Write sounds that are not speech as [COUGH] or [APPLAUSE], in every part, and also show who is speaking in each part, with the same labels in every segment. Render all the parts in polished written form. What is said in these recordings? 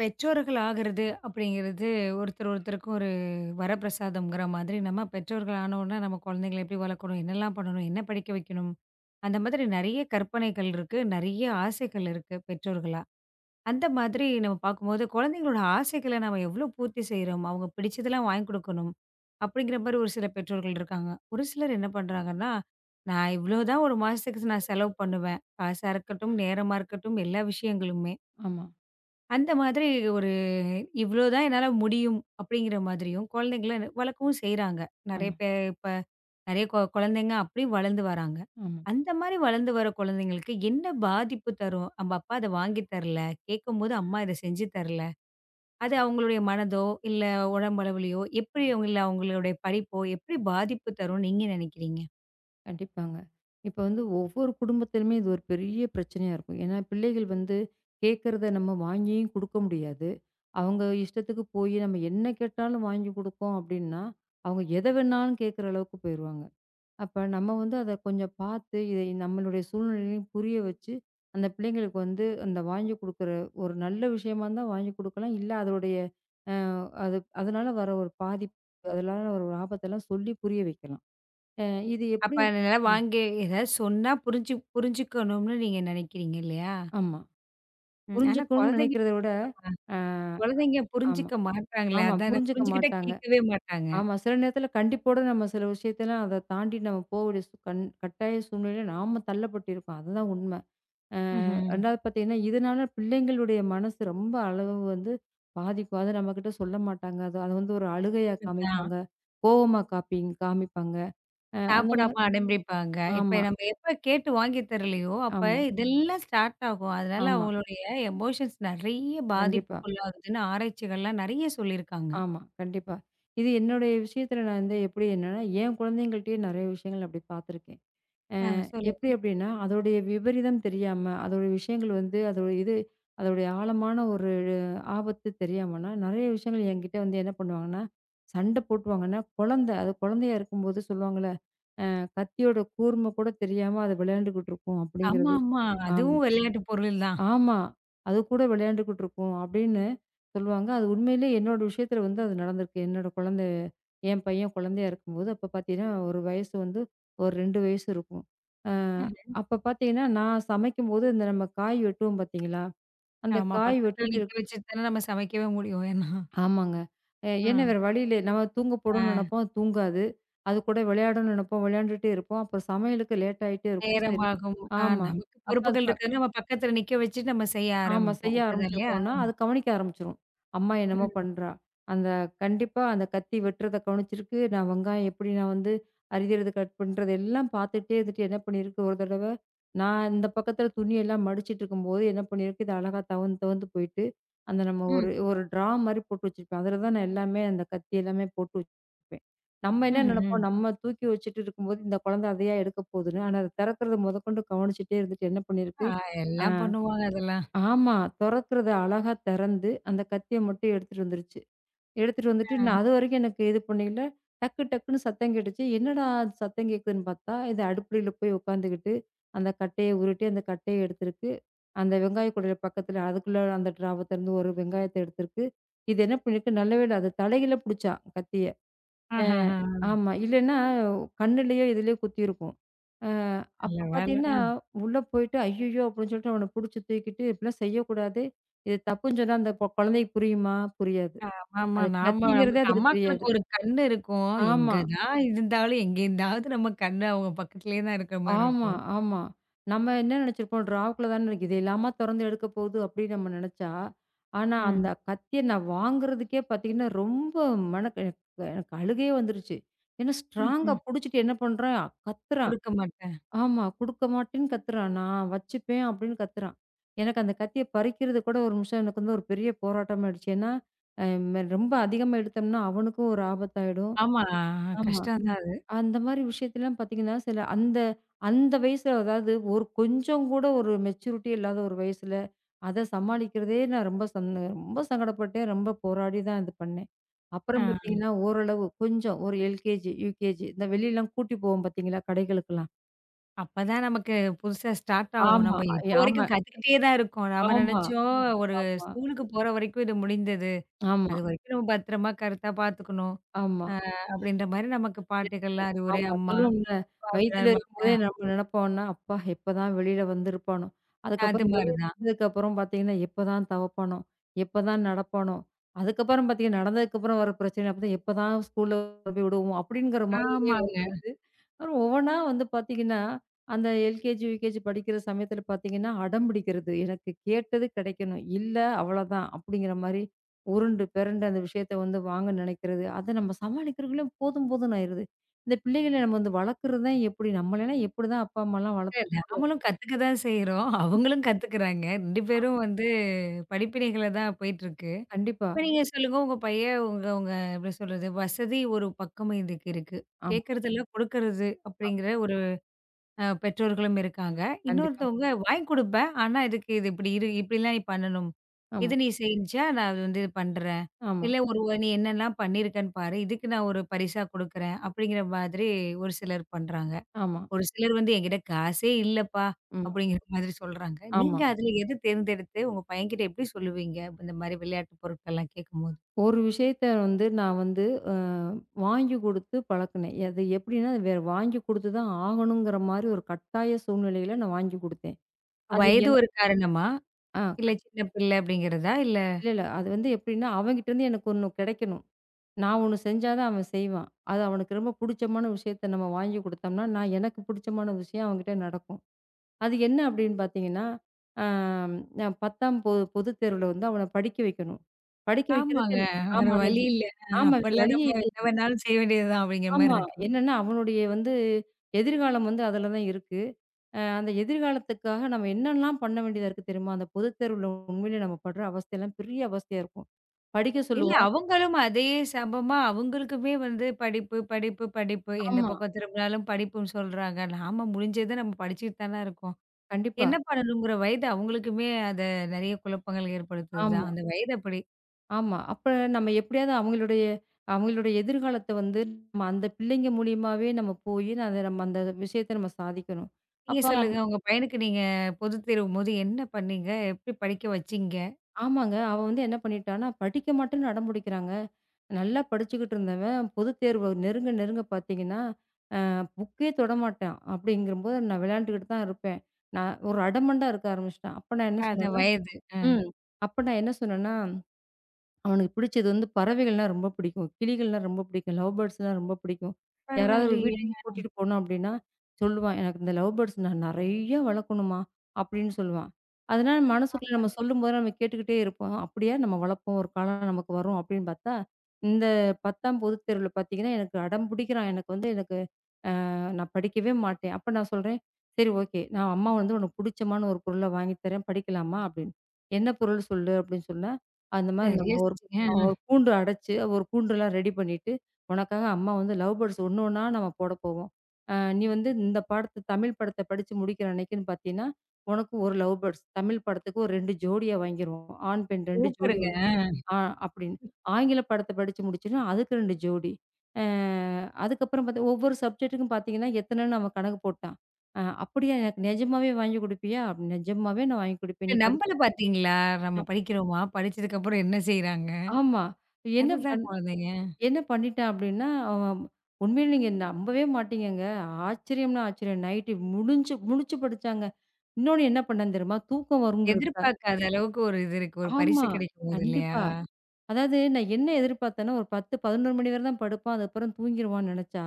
Speaker 1: பெற்றோர்கள் ஆகிறது அப்படிங்கிறது ஒருத்தர் ஒருத்தருக்கு ஒரு வரப்பிரசாதம்ங்கிற மாதிரி நம்ம பெற்றோர்கள் ஆனவுடனே நம்ம குழந்தைங்கள எப்படி வளர்க்கணும், என்னெல்லாம் பண்ணணும், என்ன படிக்க வைக்கணும். அந்த மாதிரி நிறைய கற்பனைகள் இருக்கு, நிறைய ஆசைகள் இருக்கு பெற்றோர்களா. அந்த மாதிரி நம்ம பார்க்கும்போது குழந்தைங்களோட ஆசைகளை நம்ம எவ்வளோ பூர்த்தி செய்கிறோம், அவங்க பிடிச்சதெல்லாம் வாங்கி கொடுக்கணும் அப்படிங்கிற மாதிரி ஒரு சில பெற்றோர்கள் இருக்காங்க. ஒரு சிலர் என்ன பண்ணுறாங்கன்னா, நான் இவ்வளோதான் ஒரு மாதத்துக்கு நான் செலவு பண்ணுவேன், காசாக இருக்கட்டும் நேரமாக இருக்கட்டும் எல்லா விஷயங்களுமே.
Speaker 2: ஆமா,
Speaker 1: அந்த மாதிரி ஒரு இவ்வளோதான் என்னால முடியும் அப்படிங்கிற மாதிரியும் குழந்தைங்கள வளர்க்கவும் செய்றாங்க. நெறைய
Speaker 2: ஆமா,
Speaker 1: இப்ப நெறைய குழந்தைங்க அப்படியே வளர்ந்து வராங்க.
Speaker 2: ஆமா.
Speaker 1: அந்த மாரி வளர்ந்து வர குழந்தைங்களுக்கு என்ன பாதிப்பு தரும்? "நம்ம அப்பா அத வாங்கி தரல. கேட்கும்போது அம்மா இத செஞ்சு தரல." அது அவங்களுடைய மனதோ, இல்ல உடம்பளவுலயோ, எப்படி அவங்க இல்ல அவங்களுடைய படிப்போ எப்படி பாதிப்பு தரும்னு நீங்க நினைக்கிறீங்க?
Speaker 2: கண்டிப்பாங்க. இப்ப வந்து ஒவ்வொரு குடும்பத்திலுமே இது ஒரு பெரிய பிரச்சனையா இருக்கும். ஏன்னா, பிள்ளைகள் வந்து கேட்கறத நம்ம வாங்கியும் குடுக்க முடியாது. அவங்க இஷ்டத்துக்கு போய் நம்ம என்ன கேட்டாலும் வாங்கி குடுத்தோம் அப்டின்னா, அவங்க எத வேணாலும் கேட்கற அளவுக்கு போயிருவாங்க. அப்ப நம்ம வந்து அத கொஞ்சம் பார்த்து, இதை நம்மளுடைய சூழ்நிலையும் புரிய வச்சு, அந்த பிள்ளைங்களுக்கு வந்து அந்த வாங்கி குடுக்குற ஒரு நல்ல விஷயமா இருந்தா வாங்கி குடுக்கலாம். இல்ல அதோடைய அது அதனால வர ஒரு பாதிப்பு, அதனால ஒரு ஆபத்தெல்லாம் சொல்லி புரிய வைக்கலாம். அ இது
Speaker 1: அப்ப
Speaker 2: எப்படி.
Speaker 1: அதனால
Speaker 2: ம்.
Speaker 1: வாங்கி ஏதாவது சொன்னா புரிஞ்சுக்கணும்னு நீங்க நினைக்கிறீங்க இல்லையா?
Speaker 2: ஆமா.
Speaker 1: ம். ஆனா
Speaker 2: புரிஞ்சுக்கணும்னு
Speaker 1: குழந்தைங்க
Speaker 2: நினைக்கிறத விட, அ
Speaker 1: குழந்தைங்க
Speaker 2: ஆமா,
Speaker 1: புரிஞ்சுக்க மாட்றாங்களே!
Speaker 2: ஆமா.
Speaker 1: அதான் நான்
Speaker 2: புரிஞ்சுக்க
Speaker 1: புரிஞ்சுக்கிட்டா
Speaker 2: மாட்டாங்க.
Speaker 1: கேட்கவே மாட்டாங்க.
Speaker 2: ஆமா. சில நேரத்தில கண்டிப்போட நம்ம சில விஷயத்தலாம் அத தாண்டி நம்ம போகக்கூடிய சு கண் கட்டாய சூழ்நிலையில நாம தள்ளப்பட்டிருக்கோம். அதுதான் உண்மை. அ
Speaker 1: ம்ஹ்ம்.
Speaker 2: 2வது பார்த்தீங்கன்னா, இதனால பிள்ளைங்களுடைய மனசு ரொம்ப அளவு வந்து பாதிக்கும். அத நம்மகிட்ட சொல்ல மாட்டாங்க. அது அத வந்து ஒரு அழுகையா
Speaker 1: அதான்.
Speaker 2: காமிப்பாங்க. கோவமா காமிப்பாங்க. அந்த
Speaker 1: சாப்பிடாம
Speaker 2: மாரி
Speaker 1: அடம்பிடிப்பாங்க. இப்ப
Speaker 2: ஆமா,
Speaker 1: நம்ம எப்ப கேட்டு வாங்கி தரலையோ, அப்ப
Speaker 2: ஆமா,
Speaker 1: இதெல்லாம் ஸ்டார்ட் ஆகும். அதனால
Speaker 2: ஆமா.
Speaker 1: அவங்களுடைய எமோஷன்ஸ் நெறைய
Speaker 2: கண்டிப்பா.
Speaker 1: பாதிப்புக்குள்ளாகுதுன்னு ஆராய்ச்சிகள்லாம் நெறைய சொல்லியிருக்காங்க.
Speaker 2: ஆமா. கண்டிப்பா. இது என்னுடைய விஷயத்துல நான் வந்து எப்படி என்னன்னா, என் குழந்தைங்கள்ட்டயே நெறைய விஷயங்கள் அப்படி பார்த்துருக்கேன்.
Speaker 1: ஆ, சொல்லுங்க.
Speaker 2: எப்படி அப்படின்னா, அதோடைய விபரீதம் தெரியாம, அதோடைய விஷயங்கள் வந்து அதோட இது அதோடைய ஆழமான ஒரு ஆபத்து தெரியாமன்னா, நெறைய விஷயங்கள் என்கிட்ட வந்து என்ன பண்ணுவாங்கன்னா, சண்டை போட்டுவாங்கன்னா, குழந்தை அது குழந்தையா இருக்கும்போது சொல்லுவாங்கல்ல, "கத்தியோட கூர்மை கூட தெரியாம அது விளையாண்டுகிட்டு இருக்கும்"
Speaker 1: ஆமா,
Speaker 2: அப்படிங்கிறது.
Speaker 1: ஆமா.
Speaker 2: ஆமா.
Speaker 1: அதுவும் விளையாட்டு பொருள் தான்.
Speaker 2: ஆமா. அது கூட விளையாண்டுக்கிட்டு இருக்கும் அப்படின்னு சொல்லுவாங்க. அது உண்மையிலேயே என்னோட விஷயத்துல வந்து அது நடந்திருக்கு. என் பையன் குழந்தையா இருக்கும்போது, அப்ப பார்த்தீங்கன்னா, ஒரு 2 வயசு இருக்கும். அ
Speaker 1: ம்ஹ்ம்.
Speaker 2: அப்ப பார்த்தீங்கன்னா, நான் சமைக்கும்போது இந்த நம்ம காய் வெட்டுவோம் பார்த்தீங்களா? அந்த
Speaker 1: ஆமா.
Speaker 2: காய்
Speaker 1: பக்கத்துல
Speaker 2: வெட்டிட்டு
Speaker 1: நிக்க
Speaker 2: இருக்
Speaker 1: வச்சுட்டு தானே நம்ம சமைக்கவே முடியும். ஏன்னா,
Speaker 2: ஆமாங்க. ஏன்னா
Speaker 1: ம்.
Speaker 2: வேற வழி இல்ல. நம்ம தூங்க
Speaker 1: ஆ
Speaker 2: போடணும்னு நெனைப்போம், தூங்காது. அது கூட விளையாடணும்னு நெனைப்போம், விளையாண்டுட்டே இருப்போம். அப்ப சமையலுக்கு லேட் ஆயிட்டே இருக்கும். சரி,
Speaker 1: நேரமாகும்.
Speaker 2: ஆமா.
Speaker 1: நமக்கு
Speaker 2: அப்ப அது
Speaker 1: பொறுப்புகள்
Speaker 2: ப
Speaker 1: இருக்குதுன்னு நம்ம பக்கத்துல நிக்க வச்சுட்டு நம்ம செய்ய
Speaker 2: ஆமா.
Speaker 1: ஆரம்பிப்போம்.
Speaker 2: செய்ய
Speaker 1: அப்படிதான் இல்லையா?
Speaker 2: ஆரம்பிச்சிருக்கோம்னா, அது கவனிக்க ஆரம்பிச்சுரும். அம்மா என்னமோ
Speaker 1: ம்,
Speaker 2: பண்றா. அந்த கண்டிப்பா அந்த கத்தி வெட்டுறத கவனிச்சிருக்கு. நான் வெங்காயம் எப்படி நான் வந்து அரிகிறது, கட் பண்றது எல்லாம் பார்த்துட்டே இருந்துட்டு என்ன பண்ணியிருக்கு ஒரு தடவ, நான் இந்த பக்கத்துல துணியெல்லாம் மடிச்சிட்டு இருக்கும்போது என்ன பண்ணியிருக்கு, இது அழகா தவந்து தவந்து போயிட்டு, அந்த நம்ம
Speaker 1: ம்.
Speaker 2: ஒரு ஒரு ட்ரா மாரி போட்டு வச்சிருப்பேன். அதுல தான் நான் எல்லாமே அந்த கத்தி எல்லாமே போட்டு வச்சுப்பேன். நம்ம என்ன
Speaker 1: ம்ஹ்ம்.
Speaker 2: நெனைப்போம், நம்ம தூக்கி வச்சுட்டு இருக்கும்போது, இந்த குழந்தை அதையா எடுக்க போகுதுன்னு. ஆனா, அத திறக்கிறது மொதற்கொண்டு கவனிச்சுட்டே இருந்துட்டு என்ன பண்ணியிருக்கு,
Speaker 1: ஆ
Speaker 2: ஆ.
Speaker 1: எல்லாம் பண்ணுவாங்க அதெல்லாம்.
Speaker 2: ஆமா. தொறக்கறத அழகா தெறந்து, அந்த கத்திய மட்டும் எடுத்துட்டு வந்துருச்சு. எடுத்துட்டு வந்துட்டு
Speaker 1: ஆ.
Speaker 2: நான் அதுவரைக்கும் எனக்கு இது பண்ணயில, டக்கு டக்குன்னு சத்தம் கேட்டுச்சு. என்னடா அது சத்தம் கேட்குதுன்னு பார்த்தா, இது அடுப்படியில போய் உட்காந்துக்கிட்டு, அந்த கட்டைய உருட்டி, அந்த கட்டைய எடுத்திருக்கு. அந்த வெங்காய குடையில பக்கத்துல அதுக்குள்ள அந்த டிராவ திறந்து ஒரு வெங்காயத்த எடுத்திருக்கு. இது என்ன பண்ணிருக்கு, நல்ல வேள அது தலைகீழ புடிச்சா, கத்திய. அ
Speaker 1: ஆஹஹா.
Speaker 2: ஆமா. இல்லன்னா கண்ணுலயோ, எதுலயோ குத்திருக்கும். அ அப்ப
Speaker 1: நல்ல வேல.
Speaker 2: பார்த்தீங்கன்னா,
Speaker 1: ஆ.
Speaker 2: உள்ள போயிட்டு "ஐய்யய்யோ!" அப்படின்னு சொல்லிட்டு அவன புடிச்சு தூக்கிட்டு, "இப்படிலாம் செய்யக்கூடாது. இது தப்புன்னு சொன்னா அந்த குழந்தைக்கு புரியுமா? புரியாது.
Speaker 1: ஆமா.
Speaker 2: அது
Speaker 1: நாம
Speaker 2: கத்திங்கிறதே
Speaker 1: நமக்கு
Speaker 2: அதுக்கு
Speaker 1: அம்மாக்களுக்கு
Speaker 2: தெரியாது."
Speaker 1: ஒரு கண்ணு இருக்கும். எங்க
Speaker 2: ஆமா,
Speaker 1: தான் இருந்தாலும் எங்கேருந்தாவது நம்ம கண்ணு அவங்க பக்கத்துலயே தான் இருக்கிற மாரி
Speaker 2: ஆமா,
Speaker 1: இருக்கும்.
Speaker 2: ஆமா. நம்ம என்ன நெனச்சிருப்போம், ட்ராவுக்குள்ள தான இருக்கு. இது எல்லாமா தொறந்து எடுக்க போகுது அப்படின்னு நம்ம நெனச்சா, ஆனா அந்த
Speaker 1: ம்.
Speaker 2: கத்திய நான் வாங்குறதுக்கே பார்த்தீங்கன்னா, ரொம்ப மனக் எனக்கு எனக்கு அழுகையே வந்துருச்சு. ஏன்னா ஸ்ட்ராங்கா
Speaker 1: ம்ஹ்ம்.
Speaker 2: புடிச்சுட்டு என்ன பண்றான், கத்துறான்.
Speaker 1: குடுக்க மாட்டேன்.
Speaker 2: ஆமா. குடுக்க மாட்டேன்னு கத்துறான். நான் வச்சுப்பேன் அப்படின்னு கத்துறான். எனக்கு அந்த கத்திய பறிக்கிறது கூட ஒரு நிமிஷம் எனக்கு வந்து ஒரு பெரிய போராட்டமா ஆயிடுச்சு. ஏன்னா, அ ரொம்ப அதிகமா எடுத்தோம்னா அவனுக்கும் ஒரு ஆபத்தாயிடும்.
Speaker 1: ஆமா.
Speaker 2: ஆமா.
Speaker 1: கஷ்டம் தான் அது.
Speaker 2: அந்த மாரி விஷயத்தலாம் பார்த்தீங்கன்னா, சில அந்த அந்த வயசுல அதாவது ஒரு கொஞ்சம் கூட ஒரு மெச்சூரிட்டி இல்லாத ஒரு வயசுல, அத சமாளிக்கிறதே நான் ரொம்ப சங்கடப்பட்டேன். ரொம்ப போராடி தான் இது பண்ணேன். அப்புறம்
Speaker 1: ஆ.
Speaker 2: பார்த்தீங்கன்னா, ஓரளவு கொஞ்சம் ஒரு எல்கேஜி, யுகேஜி இந்த வெளிலலாம் கூட்டி போவோம் பார்த்தீங்களா? கடைகளுக்கெல்லாம்.
Speaker 1: அப்பதான் நமக்கு புதுசா ஸ்டார்ட் ஆகும்.
Speaker 2: ஆமா.
Speaker 1: நம்ம
Speaker 2: ஐ-
Speaker 1: இப்போ
Speaker 2: ஆமா.
Speaker 1: வரைக்கும் கத்துக்கிட்டே தான் இருக்கோம். நாம
Speaker 2: ஆமா,
Speaker 1: நெனச்சோம் ஒரு
Speaker 2: ஆமா,
Speaker 1: ஸ்கூலுக்கு போற வரைக்கும் இது முடிந்தது.
Speaker 2: ஆமா,
Speaker 1: அது வரைக்கும் நம்ம பத்திரமா கருத்தா பார்த்துக்கணும்.
Speaker 2: ஆமா.
Speaker 1: அப்படின்ற மாரி நமக்கு
Speaker 2: நினைப்போம்.
Speaker 1: பாட்டுகள்லாம் அறிவுரை
Speaker 2: ஆமா.
Speaker 1: அம்மா
Speaker 2: சொல்லுவோம்ல.
Speaker 1: மாமனார்
Speaker 2: வயித்துல இருக்கும்போதே நம்ம நெனப்போம்ன்னா, அப்பா எப்பதான் வெளியில வந்திருப்பானோ?
Speaker 1: அது
Speaker 2: அதுக்கப்புறம்
Speaker 1: மாரி
Speaker 2: வெளிய
Speaker 1: தான்.
Speaker 2: வந்ததுக்கப்புறம் பார்த்தீங்கன்னா, எப்பதான் தவப்பானோ? எப்பதான் நடப்பானோ? அதுக்கப்புறம் பார்த்தீங்கன்னா, நடந்ததுக்கப்புறம் வர பிரச்சனை அப்பதான் எப்பதான் ஸ்கூல்ல கொண்டு போய் விடுவோம்? அப்படிங்கிற மாதிரி விஷயம்
Speaker 1: ஆமாங்க.
Speaker 2: வரும்போது, அப்புறம் ஒவ்வொன்னா வந்து பார்த்தீங்கன்னா, அந்த எல்கேஜி, யுகேஜி படிக்கிற சமயத்துல பார்த்தீங்கன்னா, அடம் பிடிக்கிறது. எனக்கு கேட்டது கிடைக்கணும். இல்ல அவ்வளதான் அப்படிங்கிற மாரி உருண்டு பெரண்டு அந்த விஷயத்த வந்து வாங்க நினைக்கிறது. அத நம்ம சமாளிக்கிறதுக்குள்ள போதும்ன்னு ஆயிருது. இந்த பிள்ளைகள நம்ம வந்து வளர்க்குறது தான் எப்படி நம்மளலாம் எப்படிதான் அப்பா, அம்மாலாம் வளர்த்
Speaker 1: இல்ல நாமளும் கத்துக்க தான் செய்றோம். அவங்களும் கத்துக்குறாங்க. 2 பேரும் வந்து படிப்பினைகள தான் போயிட்டுருக்கு.
Speaker 2: கண்டிப்பா.
Speaker 1: இப்ப நீங்க சொல்லுங்க, உங்க பையன் உங்க உங்க எப்படி சொல்றது? வசதி ஒரு பக்கம் இதுக்கு இருக்கு.
Speaker 2: ஆமா.
Speaker 1: கேட்கறதெல்லாம் கொடுக்கறது அப்படிங்கிற ஒரு பெற்றோர்களும் இருக்காங்க.
Speaker 2: கண்டிப்பா.
Speaker 1: இன்னொருத்தவங்க வாங்கி குடுப்பேன். ஆனா இதுக்கு இது இப்படி இப்படிலாம் நீ பண்ணணும். இது
Speaker 2: ஆமா,
Speaker 1: நீ செஞ்சா நான் அது வந்து இது பண்றேன்.
Speaker 2: ஆமா,
Speaker 1: இல்ல ஒரு நீ என்னெல்லாம் பண்ணியிருக்கன்னு பாரு. இதுக்கு நான் ஒரு பரிசா குடுக்குறேன். அப்படிங்கிற மாதிரி ஒரு சிலர் பண்றாங்க.
Speaker 2: ஆமா,
Speaker 1: ஒரு சிலர் வந்து என்கிட்ட காசே இல்லப்பா!
Speaker 2: ம்.
Speaker 1: அப்படிங்கிற மாதிரி சொல்றாங்க.
Speaker 2: ஆமா.
Speaker 1: நீங்க அதுல எத தேர்ந்தெடுத்து உங்க பையன்கிட்ட எப்படி சொல்லுவீங்க? இந்த மாரி விளையாட்டு பொருட்கள்லாம் கேட்கும்போது.
Speaker 2: ஒரு விஷயத்த வந்து நான் வந்து அ வாங்கி குடுத்து பழக்குனேன். அது எப்படின்னா, அது வேற வாங்கி குடுத்து தான் ஆகணுங்கிற மாரி ஒரு கட்டாய சூழ்நிலையில நான் வாங்கி குடுத்தேன். அது
Speaker 1: வயது
Speaker 2: என்
Speaker 1: ஒரு காரணமா?
Speaker 2: ஆ
Speaker 1: இல்ல
Speaker 2: கட்
Speaker 1: சின்ன பிள்ளை அப்படிங்கிறதா? இல்ல
Speaker 2: இல்ல. அது வந்து எப்படின்னா, அவன்கிட்டருந்து எனக்கு ஒண்ணு கிடைக்கணும். நான் ஒண்ணு செஞ்சா தான் அவன் செய்வான். அது அவனுக்கு ரொம்ப புடிச்சமான விஷயத்த நம்ம வாங்கி குடுத்தோம்னா, நான் எனக்கு புடிச்சமான விஷயம் அவன்கிட்ட நடக்கும். அது என்ன அப்படின்னு பார்த்தீங்கன்னா, ஆம், அ 10ஆம் பொ பொதுத் தேர்வுல வந்து அவன படிக்க வைக்கணும். படிக்க வைக்கிறதுக்கு
Speaker 1: ஆமாங்க. வேற
Speaker 2: ஆமா நான்
Speaker 1: வழி
Speaker 2: இ
Speaker 1: இல்ல.
Speaker 2: ஆமா, வேற
Speaker 1: அப்பல்லாம்
Speaker 2: வழியே
Speaker 1: நம்ம என்ன
Speaker 2: இல்லையே.
Speaker 1: வேணாலும் செய்ய வேண்டியது தான் அப்படிங்கிற மாரி
Speaker 2: ஆமா.
Speaker 1: இருக்கு.
Speaker 2: என்னன்னா அவனுடைய வந்து எதிர்காலம் வந்து அதுல தான் இருக்கு. அந்த எதிர்காலத்துக்காக நம்ம என்னெல்லாம் பண்ண வேண்டியதா இருக்கு தெரியுமா? அந்த பொதுத் தேர்வுல உண்மையிலேயே நம்ம படுற அவஸ்தைலாம் பெரிய அவஸ்தையா இருக்கும். படிக்க
Speaker 1: இல்ல
Speaker 2: சொல்லுவோம்.
Speaker 1: அவங்களும் அதே சமமா அவங்களுக்குமே வந்து படிப்பு, படிப்பு, படிப்பு. எந்த
Speaker 2: ஆமா.
Speaker 1: பக்கம் திரும்பினாலும் படிப்புன்னு சொல்றாங்க. நாம முடிஞ்சத நம்ம படிச்சுட்டு தானே இருக்கோம்.
Speaker 2: கண்டிப்பா.
Speaker 1: என்ன பண்ணணுங்கிற வயது அவங்களுக்குமே அது நெறைய குழப்பங்கள் ஏற்படுத்துது
Speaker 2: ஆமா.
Speaker 1: தான். அந்த வயது அப்படி.
Speaker 2: ஆமா. அப்ப நம்ம எப்படியாவது அவங்களுடைய அவங்களுடைய எதிர்காலத்த வந்து நம்ம அந்த பிள்ளைங்க மூலியமாவே நம்ம போயி அத நம்ம அந்த விஷயத்த நம்ம சாதிக்கணும்.
Speaker 1: நீங்க
Speaker 2: அப்ப அந்
Speaker 1: சொல்லுங்க உங்க பையனுக்கு நீங்க பொதுத் தேர்வும்போது என்ன பண்ணீங்க? எப்படி படிக்க வச்சீங்க?
Speaker 2: ஆமாங்க. அவ வந்து என்ன பண்ணிட்டான்னா, படிக்க மாட்டேன்னு அடம் புடிக்கிறாங்க. நல்லா படிச்சுக்கிட்டு இருந்தவன் பொதுத் தேர்வு நெருங்க நெருங்க பார்த்தீங்கன்னா, நான் புக்கே தொடமாட்டான். அப்படிங்கிறபோது நான் விளையாண்டுகிட்டு தான் இருப்பேன். நான் ஒரு அடமண்டா இருக்க ஆரம்பிச்சுட்டான். அப்ப நான் என்ன
Speaker 1: அந்த
Speaker 2: சொன்னேன்னா
Speaker 1: வயது. அ.
Speaker 2: ம். அப்ப நான் என்ன சொன்னேன்னா, அவனுக்கு பிடிச்சது வந்து பறவைகள்னா ரொம்ப பிடிக்கும். கிளிகள்னா ரொம்ப பிடிக்கும். லவ் பேர்ட்ஸ்னா ரொம்ப பிடிக்கும். யாராவது ஒரு
Speaker 1: பரவாயில்லையே!
Speaker 2: வீட்டுக்கு கூட்டிட்டு போனோம் அப்படின்னா, சொல்லுவான். "எனக்கு இந்த லவ் பேர்ட்ஸ் நான் நெறைய வளர்க்கணும்மா" அப்படின்னு சொல்லுவான். அதனால மனசுக்குள்ள நம்ம சொல்லும்போது நம்ம கேட்டுக்கிட்டே இருப்போம். அப்படியா நம்ம வளர்ப்போம். ஒரு காலம் நமக்கு வரும் அப்படின்னு பார்த்தா, இந்த 10ஆம் பொதுத் தேர்வுல பார்த்தீங்கன்னா, எனக்கு அடம் பிடிக்கிறான். எனக்கு வந்து எனக்கு நான் படிக்கவே மாட்டேன். அப்ப நான் சொல்றேன், "சரி ஓகே. நான் அம்மா வந்து உனக்கு புடிச்சமான ஒரு பொருள வாங்கி தரேன். படிக்கலாமா?" அப்படின்னு. "என்ன பொருள் சொல்லு?" அப்படின்னு சொன்னேன். அந்த மாரி
Speaker 1: சரியா
Speaker 2: நம்ம ஒரு
Speaker 1: செஞ்சீங்க.
Speaker 2: ஒரு
Speaker 1: அ.
Speaker 2: கூண்டு அடைச்சு, ஒரு கூண்டுலாம் ரெடி பண்ணிட்டு, உனக்காக அம்மா வந்து லவ் பேர்ட்ஸ் ஒண்ணு ஒண்ணா நம்ம போட போவோம். நீ வந்து இந்த பாடத்த தமிழ் படத்த படிச்சு முடிக்கிற அன்னைக்குன்னு பார்த்தீன்னா, உனக்கு ஒரு லவ் பேர்ட்ஸ். தமிழ் படத்துக்கு ஒரு 2 ஜோடியா வாங்கிருவோம். ஆண், பெண் 2 ஜோடி
Speaker 1: சூப்பருங்க.
Speaker 2: வாங்கிருவோம். ஆ அப்படின்னு. ஆங்கில படத்த படிச்சு முடிச்சோன்னா, அதுக்கு 2 ஜோடி. அ அதுக்கப்புறம் பாத்தா, ஒவ்வொரு சப்ஜெக்ட்டுக்கும் பாத்தீங்கன்னா, எத்தனைன்னு அவன் கணக்கு போட்டான். "அப்படியா எனக்கு நிஜமாவே வாங்கி குடுப்பியா?" அப்படின்னு. "நிஜமாவே நான் வாங்கி குடுப்பேன். நீ படிச்சா."
Speaker 1: நம்பள பார்த்தீங்களா? நம்ம படிக்கிறோமா? படிச்சதுக்கப்புறம் என்ன செய்றாங்க?
Speaker 2: ஆமா. என்ன
Speaker 1: அதுதான்
Speaker 2: பண்
Speaker 1: குழந்தைங்க.
Speaker 2: என்ன பண்ணிட்டான் அப்படின்னா, அவன் உண்மையில நீங்க நம்பவே மாட்டீங்கங்க. ஆச்சரியம்னா ஆச்சரியம். நைட்டு முழிச்சு படிச்சாங்க. இன்னொன்னு என்ன பண்ணான் தெரியுமா? தூக்கம் வருங்கிறதுக்காக
Speaker 1: எதிர்பார்க்காத அளவுக்கு ஒரு இது இருக்கு. ஒரு பரிசு
Speaker 2: ஆமா.
Speaker 1: கிடைக்கும்போது இல்லையா?
Speaker 2: கண்டிப்பா. அதாவது நான் என்ன எதிர்பார்த்தேன்னா, ஒரு 10, 11 மணி வரை தான் படுப்பான். அதுக்கப்புறம் தூங்கிருவான்னு நெனச்சா,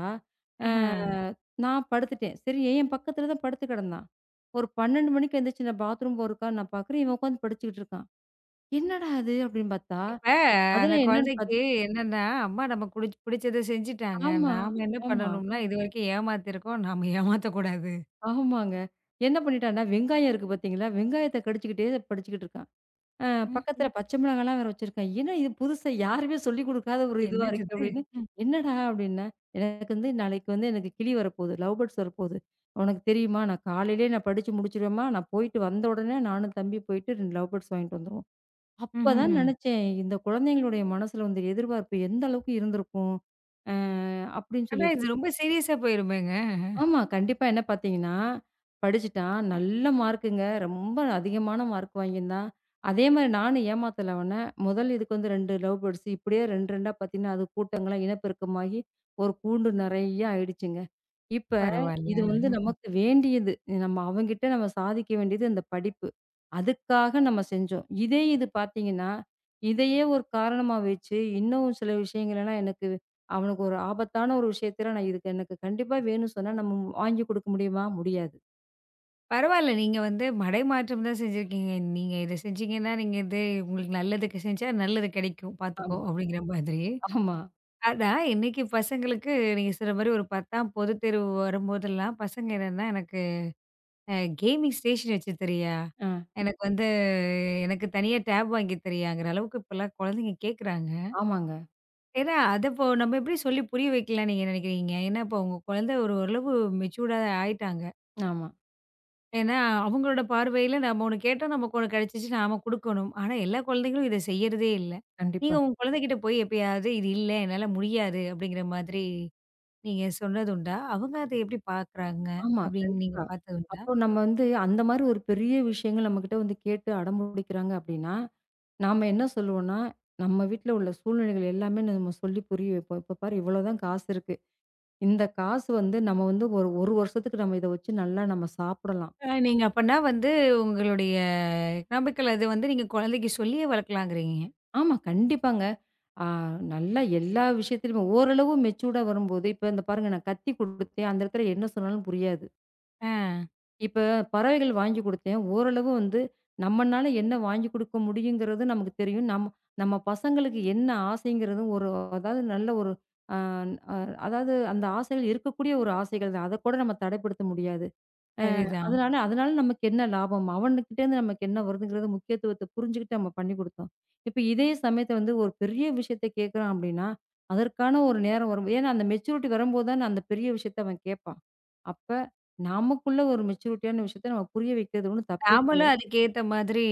Speaker 2: அ
Speaker 1: ஆஹா.
Speaker 2: ம். நான் படுத்துட்டேன். சரி என் பக்கத்துல தான் படுத்து கிடந்தான். ஒரு 12 மணிக்கு எந்திரிச்சு நான் பாத்ரூம் போறதுக்காக நான் பாக்குறேன், இவன் உட்காந்து படிச்சுக்கிட்டு இருக்கான். "என்னடா இது?" அப்படின்னு பார்த்தா,
Speaker 1: இப்ப அந்த
Speaker 2: அதுல என்னன்னு
Speaker 1: குழந்தைக்கு
Speaker 2: பாத்தி
Speaker 1: என்னன்னா, அம்மா நமக்கு புடிச்சத செஞ்சுட்டாங்க.
Speaker 2: ஆமா,
Speaker 1: நாம என்ன
Speaker 2: ஆமா,
Speaker 1: பண்ணணும்னா, இதுவரைக்கும் ஏமாத்திருக்கோம். நாம ஏமாத்தக்கூடாது.
Speaker 2: ஆமாங்க. என்ன பண்ணிட்டான்னா, வெங்காயம் இருக்கு பாத்தீங்களா? வெங்காயத்த கடிச்சுக்கிட்டே படிச்சுக்கிட்டு இருக்கான். அ
Speaker 1: ம்.
Speaker 2: பக்கத்துல
Speaker 1: ம்.
Speaker 2: பச்சை மிளகாலாம் வேற வச்சிருக்கேன். ஏன்னா இது புதுசா யாருமே சொல்லிக் குடுக்காத ஒரு இதுவா
Speaker 1: என்னது
Speaker 2: இருக்கே
Speaker 1: இது?
Speaker 2: அப்படின்னு.
Speaker 1: ம்.
Speaker 2: என்னடா அப்படின்னேன். எனக்கு வந்து நாளைக்கு வந்து எனக்கு கிளி வரப்போகுது. லவ் பேர்ட்ஸ் வரப்போகுது. உனக்கு தெரியுமா? நான் காலையிலேயே நான் படிச்சு முடிச்சுருவேம்மா. நான் போயிட்டு வந்த உடனே நானும் தம்பி போயிட்டு 2 லவ் பேர்ட்ஸ் வாங்கிட்டு வந்துருவோம். அப்பதான்
Speaker 1: ம்ஹ்ம்.
Speaker 2: நினைச்சேன், இந்த குழந்தைங்களுடைய மனசுல வந்து எதிர்பார்ப்பு எந்த அளவுக்கு இருந்திருக்கும். அ அப்படின்னு
Speaker 1: ஆனா
Speaker 2: சொல்லிட்டு.
Speaker 1: இது ரொம்ப சீரியஸா போயிருமேங்க.
Speaker 2: ஆமா. கண்டிப்பா என்ன பார்த்தீங்கன்னா, படிச்சுட்டான். நல்ல மார்க்குங்க. ரொம்ப அதிகமான மார்க் வாங்கியிருந்தான். அதே மாரி நானும் ஏமாத்தல அவன. முதல் இதுக்கு வந்து 2 லவ் பேர்ட்ஸ் இப்படியே 2, 2 பார்த்தீங்கன்னா, அது கூட்டங்களா இனப்பெருக்கமாகி ஒரு கூண்டு நெறைய ஆயிடுச்சுங்க. இப்ப
Speaker 1: பரவால்ல.
Speaker 2: இது வந்து நமக்கு வேண்டியது. நம்ம அவங்கிட்ட நம்ம சாதிக்க வேண்டியது அந்த படிப்பு. அதுக்காக நம்ம செஞ்சோம். இதே இது பார்த்தீங்கன்னா, இதையே ஒரு காரணமா வச்சு இன்னும் சில விஷயங்கள்லாம் எனக்கு அவனுக்கு ஒரு ஆபத்தான ஒரு விஷயத்துல நான் இதுக்கு எனக்கு கண்டிப்பா வேணும்னு சொன்னா நம்ம வாங்கி குடுக்க முடியுமா? முடியாது.
Speaker 1: பரவால்ல. நீங்க வந்து மடைமாற்றம் தான் செஞ்சிருக்கீங்க. நீங்க இத செஞ்சீங்கன்னா, நீங்க இது உங்களுக்கு நல்லதுக்கு செஞ்சா நல்லது கிடைக்கும். பார்த்துக்கோ
Speaker 2: ஆமா,
Speaker 1: அப்படிங்கிற மாதிரி.
Speaker 2: ஆமா.
Speaker 1: ஆனா, இன்னைக்கு பசங்களுக்கு நீங்க சொல்ற மாரி ஒரு 10ஆம் பொதுத் தேர்வு வரும்போதெல்லாம் பசங்க என்னன்னா, எனக்கு அ கேமிங் ஸ்டேஷன் வச்சு தரியா?
Speaker 2: ஆ,
Speaker 1: எனக்கு வந்து எனக்கு தனியா டேப் வாங்கி தரியாங்கிற அளவுக்கு இப்பலாம் குழந்தைங்க கேட்குறாங்க.
Speaker 2: ஆமாங்க.
Speaker 1: ஏன்னா, அத இப்போ நம்ம எப்படி சொல்லி புரிய வைக்கலாம்ன்னு நீங்க நினைக்கிறீங்க? ஏன்னா, இப்போ உங்க குழந்தை ஒரு ஓரளவு மெச்சூர்டா ஆயிட்டாங்க.
Speaker 2: ஆமா.
Speaker 1: ஏன்னா, அவங்களோட பார்வையில நம்ம ஒண்ணு கேட்டா நமக்கு ஒண்ணு கிடைச்சிச்சு நாம குடுக்கணும். ஆனா, எல்லா குழந்தைகளும் இத செய்யறதே இல்ல. நீங்க
Speaker 2: கண்டிப்பா.
Speaker 1: உங்க குழந்தைகிட்ட போய் எப்பயாவது இது இல்ல என்னால முடியாது அப்படிங்கிற மாதிரி நீங்க சொன்னது உண்டா? அவங்க அத எப்படி பார்க்குறாங்க
Speaker 2: ஆமா,
Speaker 1: அப்படின்னு நீங்க
Speaker 2: கண்டிப்பா.
Speaker 1: பார்த்தது உண்டா?
Speaker 2: அப்போ நம்ம வந்து அந்த மாரி ஒரு பெரிய விஷயங்கள் நம்மகிட்ட வந்து கேட்டு அடம்பிடிக்கிறாங்க அப்டின்னா நாம என்ன சொல்லுவோம்னா, நம்ம வீட்ல உள்ள சூழ்நிலைகள் எல்லாமே நம்ம சொல்லி புரிய வைப்போம். "இப்ப பாரு இவ்வளோதான் காசு இருக்கு. இந்த காசு வந்து நம்ம வந்து ஒரு 1 வருஷத்துக்கு நம்ம இத வச்சு நல்லா நம்ம சாப்பிடலாம்."
Speaker 1: நீங்க அப்பன்னா வந்து உங்களுடைய எக்கனாமிக்கல் அது வந்து நீங்க குழந்தைக்கு சொல்லியே வளர்க்கலாங்கிறீங்க.
Speaker 2: ஆமா, கண்டிப்பாங்க. ஆ நல்லா எல்லா விஷயத்திலுமே ஓரளவு மெச்சூர்டா வரும்போது இப்ப இந்த பாருங்க நான் கத்தி குடுத்தேன். அந்த இடத்துல என்ன சொன்னாலும் புரியாது.
Speaker 1: ஆ
Speaker 2: இப்ப பறவைகள் வாங்கி குடுத்தேன். ஓரளவு வந்து நம்மனால என்ன வாங்கி குடுக்க முடியுங்கிறது நமக்கு தெரியும். நம்ம நம்ம பசங்களுக்கு என்ன ஆசைங்கிறதும் ஒரு அதாவது நல்ல ஒரு அ அ அதாவது அந்த ஆசைகள் இருக்கக்கூடிய ஒரு ஆசைகள் தான். அதக்கூட நம்ம தடைப்படுத்த முடியாது.
Speaker 1: சரிதான்.
Speaker 2: அதனால அதனால நமக்கு என்ன லாபம்? அவனுகிட்டேருந்து நமக்கு என்ன வருதுங்கிறத முக்கியத்துவத்த புரிஞ்சுகிட்டு நம்ம பண்ணி குடுத்தோம். இப்ப இதே சமயத்த வந்து ஒரு பெரிய விஷயத்த கேட்குறான் அப்டின்னா, அதற்கான ஒரு நேரம் வரும். ஏன்னா அந்த மெச்சூரிட்டி வரும்போது தான அந்த பெரிய விஷயத்த அவன் கேட்பான். அப்ப நமக்குள்ள ஒரு மெச்சூரிட்டியான விஷயத்த நம்ம புரிய வைக்கிறது ஒண்ணும் தப்பே
Speaker 1: நாமளும்
Speaker 2: கிடையாது.
Speaker 1: அதுக்கேத்த மாதிரி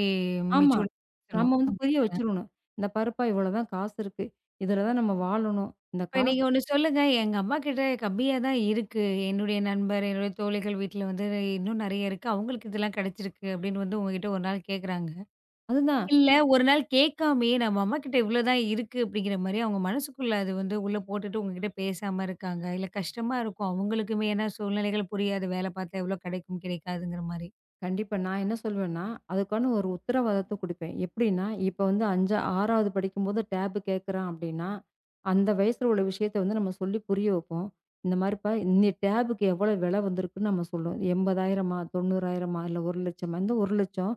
Speaker 2: ஆமா.
Speaker 1: மெச்சூர்டா பேசணும்.
Speaker 2: நம்ம வந்து
Speaker 1: அப்படி
Speaker 2: புரிய வச்சுரணும். இந்த பாருப்பா இவ்வளோதான் காசு இருக்கு. இதுல தான் நம்ம வாழணும். இந்த
Speaker 1: இப்ப நீங்க
Speaker 2: காசு
Speaker 1: ஒண்ணு சொல்லுங்க, எங்க அம்மாகிட்ட கம்மியா தான் இருக்கு. என்னுடைய நண்பர், என்னுடைய தோழிகள் வீட்ல வந்து இன்னும் நெறைய இருக்கு. அவங்களுக்கு இதெல்லாம் கிடைச்சிருக்கு அப்படின்னு வந்து உங்ககிட்ட ஒரு நாள் கேட்குறாங்க.
Speaker 2: அதுதான்.
Speaker 1: இல்ல ஒரு நாள் கேட்காமயே நம்ம அம்மாகிட்ட இவ்வளோதான் இருக்கு அப்படிங்கிற மாரி அவங்க மனசுக்குள்ள அது வந்து உள்ள போட்டுட்டு உங்ககிட்ட பேசாம இருக்காங்க. இல்ல கஷ்டமா இருக்கும் அவங்களுக்குமே, ஏன்னா சூழ்நிலைகள் புரியாது. வேலை பார்த்தா எவ்வளோ கிடைக்கும் கிடைக்காதுங்கிற மாரி.
Speaker 2: கண்டிப்பா. நான் என்ன சொல்வேன்னா, அதுக்கான ஒரு உத்தரவாதத்த குடுப்பேன். எப்படின்னா, இப்ப வந்து 5 6வது படிக்கும்போது டேப் கேட்குறான் அப்படின்னா, அந்த வயசுல உள்ள விஷயத்த வந்து நம்ம சொல்லி புரிய வைப்போம். இந்த மாரிப்பா இந்த டேபுக்கு எவ்வளோ விலை வந்திருக்குன்னு நம்ம சொல்லுவோம். 80,000, 90,000 இல்ல 1,00,000. இந்த 1,00,000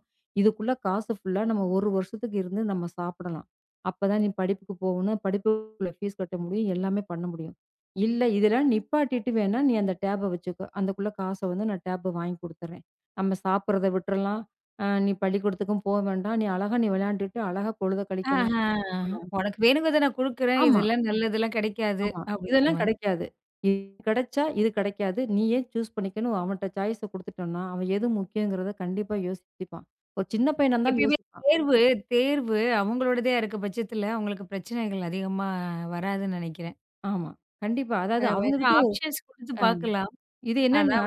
Speaker 2: இதுக்குள்ள காசு ஃபுல்லா நம்ம 1 வருஷத்துக்கு இருந்து நம்ம சாப்பிடலாம். அப்பதான் நீ படிப்புக்கு போகணும். படிப்புக்குள்ள ஃபீஸ் கட்ட முடியும். எல்லாமே பண்ண முடியும். இல்ல இதெல்லாம் நிப்பாட்டிட்டு வேணா நீ அந்த டேப வச்சுக்கோ. அதுக்குள்ள காச வந்து நான் டேப் வாங்கி குடுத்துறேன். நம்ம சாப்பிடுறத விட்டுறலாம். நீ பள்ளிக்கூடத்துக்கும் போ வேண்டாம். நீ அழகா நீ விளையாண்டுட்டு அழகா பொழுத கழிக்கலாம்.
Speaker 1: ஆஹா,
Speaker 2: ஆ.
Speaker 1: உனக்கு வேணுங்கிறத நான் குடுக்குறேன்.
Speaker 2: ஆமா,
Speaker 1: இதெல்லாம் நல்லதெல்லாம் கிடைக்காது
Speaker 2: ஆமா.
Speaker 1: அப்படிங்கிற
Speaker 2: இதெல்லாம்
Speaker 1: மாரி.
Speaker 2: கிடைக்காது. இது கிடைச்சா, இது கிடைக்காது. நீயே சூஸ் பண்ணிக்கணும். அவன்ட்ட சாய்ஸ குடுத்துட்டோம்னா, அவன் எது முக்கியங்கிறத கண்டிப்பா யோசிப்பான். ஒரு சின்ன பையனா இருந்தாலும்
Speaker 1: எப்பயுமே
Speaker 2: யோசிப்பான்.
Speaker 1: தேர்வு தேர்வு அவங்களோடதா இருக்க பட்சத்துல அவங்களுக்கு பிரச்சனைகள் அதிகமா வராதுன்னு நினைக்கிறேன்.
Speaker 2: ஆமா. கண்டிப்பா. அதாவது
Speaker 1: வேற
Speaker 2: அவங்ககிட்ட ஒரு
Speaker 1: ஆப்ஷன்ஸ் குடுத்து
Speaker 2: அ
Speaker 1: பார்க்கலாம்.
Speaker 2: இது
Speaker 1: அதான்
Speaker 2: என்னன்னா,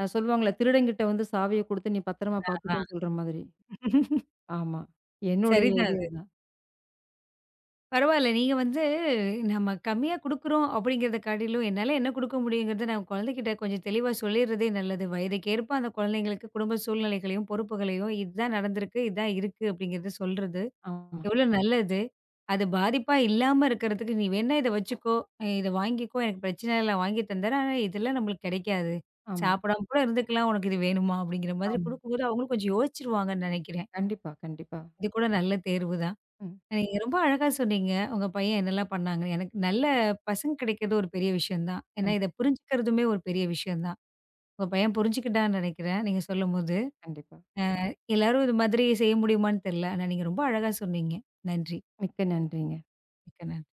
Speaker 2: சொல்லுவாங்கள்ல, திருடன்கிட்ட வந்து சாவிய குடுத்து நீ பத்திரமா பார்த்துக்கோன்னு
Speaker 1: வரான்.
Speaker 2: சொல்ற மாதிரி.
Speaker 1: [LAUGHS]
Speaker 2: ஆமா. என்னுடைய
Speaker 1: சரிதான்
Speaker 2: இது
Speaker 1: அது.
Speaker 2: அதான்.
Speaker 1: பரவால்ல. நீங்க வந்து நம்ம கம்மியா குடுக்குறோம் அப்படிங்கிறத காட்டிலும், என்னால என்ன குடுக்க முடியுங்கிறத நான் குழந்தைகிட்ட கொஞ்சம் தெளிவா சொல்லிர்றதே நல்லது. வயதுக்கேற்ப அந்த குழந்தைங்களுக்கு குடும்ப சூழ்நிலைகளையும், பொறுப்புகளையும் இதுதான் நடந்திருக்கு, இதான் இருக்கு அப்படிங்கிறத சொல்றது,
Speaker 2: ஆமா,
Speaker 1: எவ்வளோ நல்லது. அது பாதிப்பா இல்லாம இருக்கிறதுக்கு, "நீ வேணா இத வச்சுக்கோ, இத வாங்கிக்கோ, எனக்கு பிரச்சனை இல்ல, வாங்கி தந்துர்றேன். ஆனா இதெல்லாம் நம்மளுக்கு கிடைக்காது.
Speaker 2: ஆமா,
Speaker 1: சாப்பிடாம கூட இருந்துக்கலாம். உனக்கு இது வேணுமா?" அப்படிங்கிற மாதிரி
Speaker 2: ஆமா.
Speaker 1: குடுக்கும்போது, அவங்களும் கொஞ்சம் யோசிச்சுருவாங்கன்னு நெனைக்கிறேன்.
Speaker 2: கண்டிப்பா, கண்டிப்பா.
Speaker 1: இது கூட நல்ல தேர்வு தான்.
Speaker 2: ம்.
Speaker 1: நீங்க ரொம்ப அழகா சொன்னீங்க. உங்க பையன் என்னலாம் பண்ணாங்க. எனக்கு நல்ல பசங்க கிடைக்கிறது ஒரு பெரிய விஷயம் தான். ஏன்னா,
Speaker 2: கண்டிப்
Speaker 1: இத புரிஞ்சுக்கிறதுமே ஒரு பெரிய விஷயம் தான். உங்க பையன் புரிஞ்சுக்கிட்டான்னு நெனைக்கிறேன், நீங்க சொல்லும்போது.
Speaker 2: கண்டிப்பா.
Speaker 1: எல்லாரும் இது மாதிரி செய்ய முடியுமான்னு தெரியல. ஆனா, நீங்க ரொம்ப அழகா சொன்னீங்க. நன்றி.
Speaker 2: மிக்க நன்றிங்க.
Speaker 1: மிக்க நன்றி.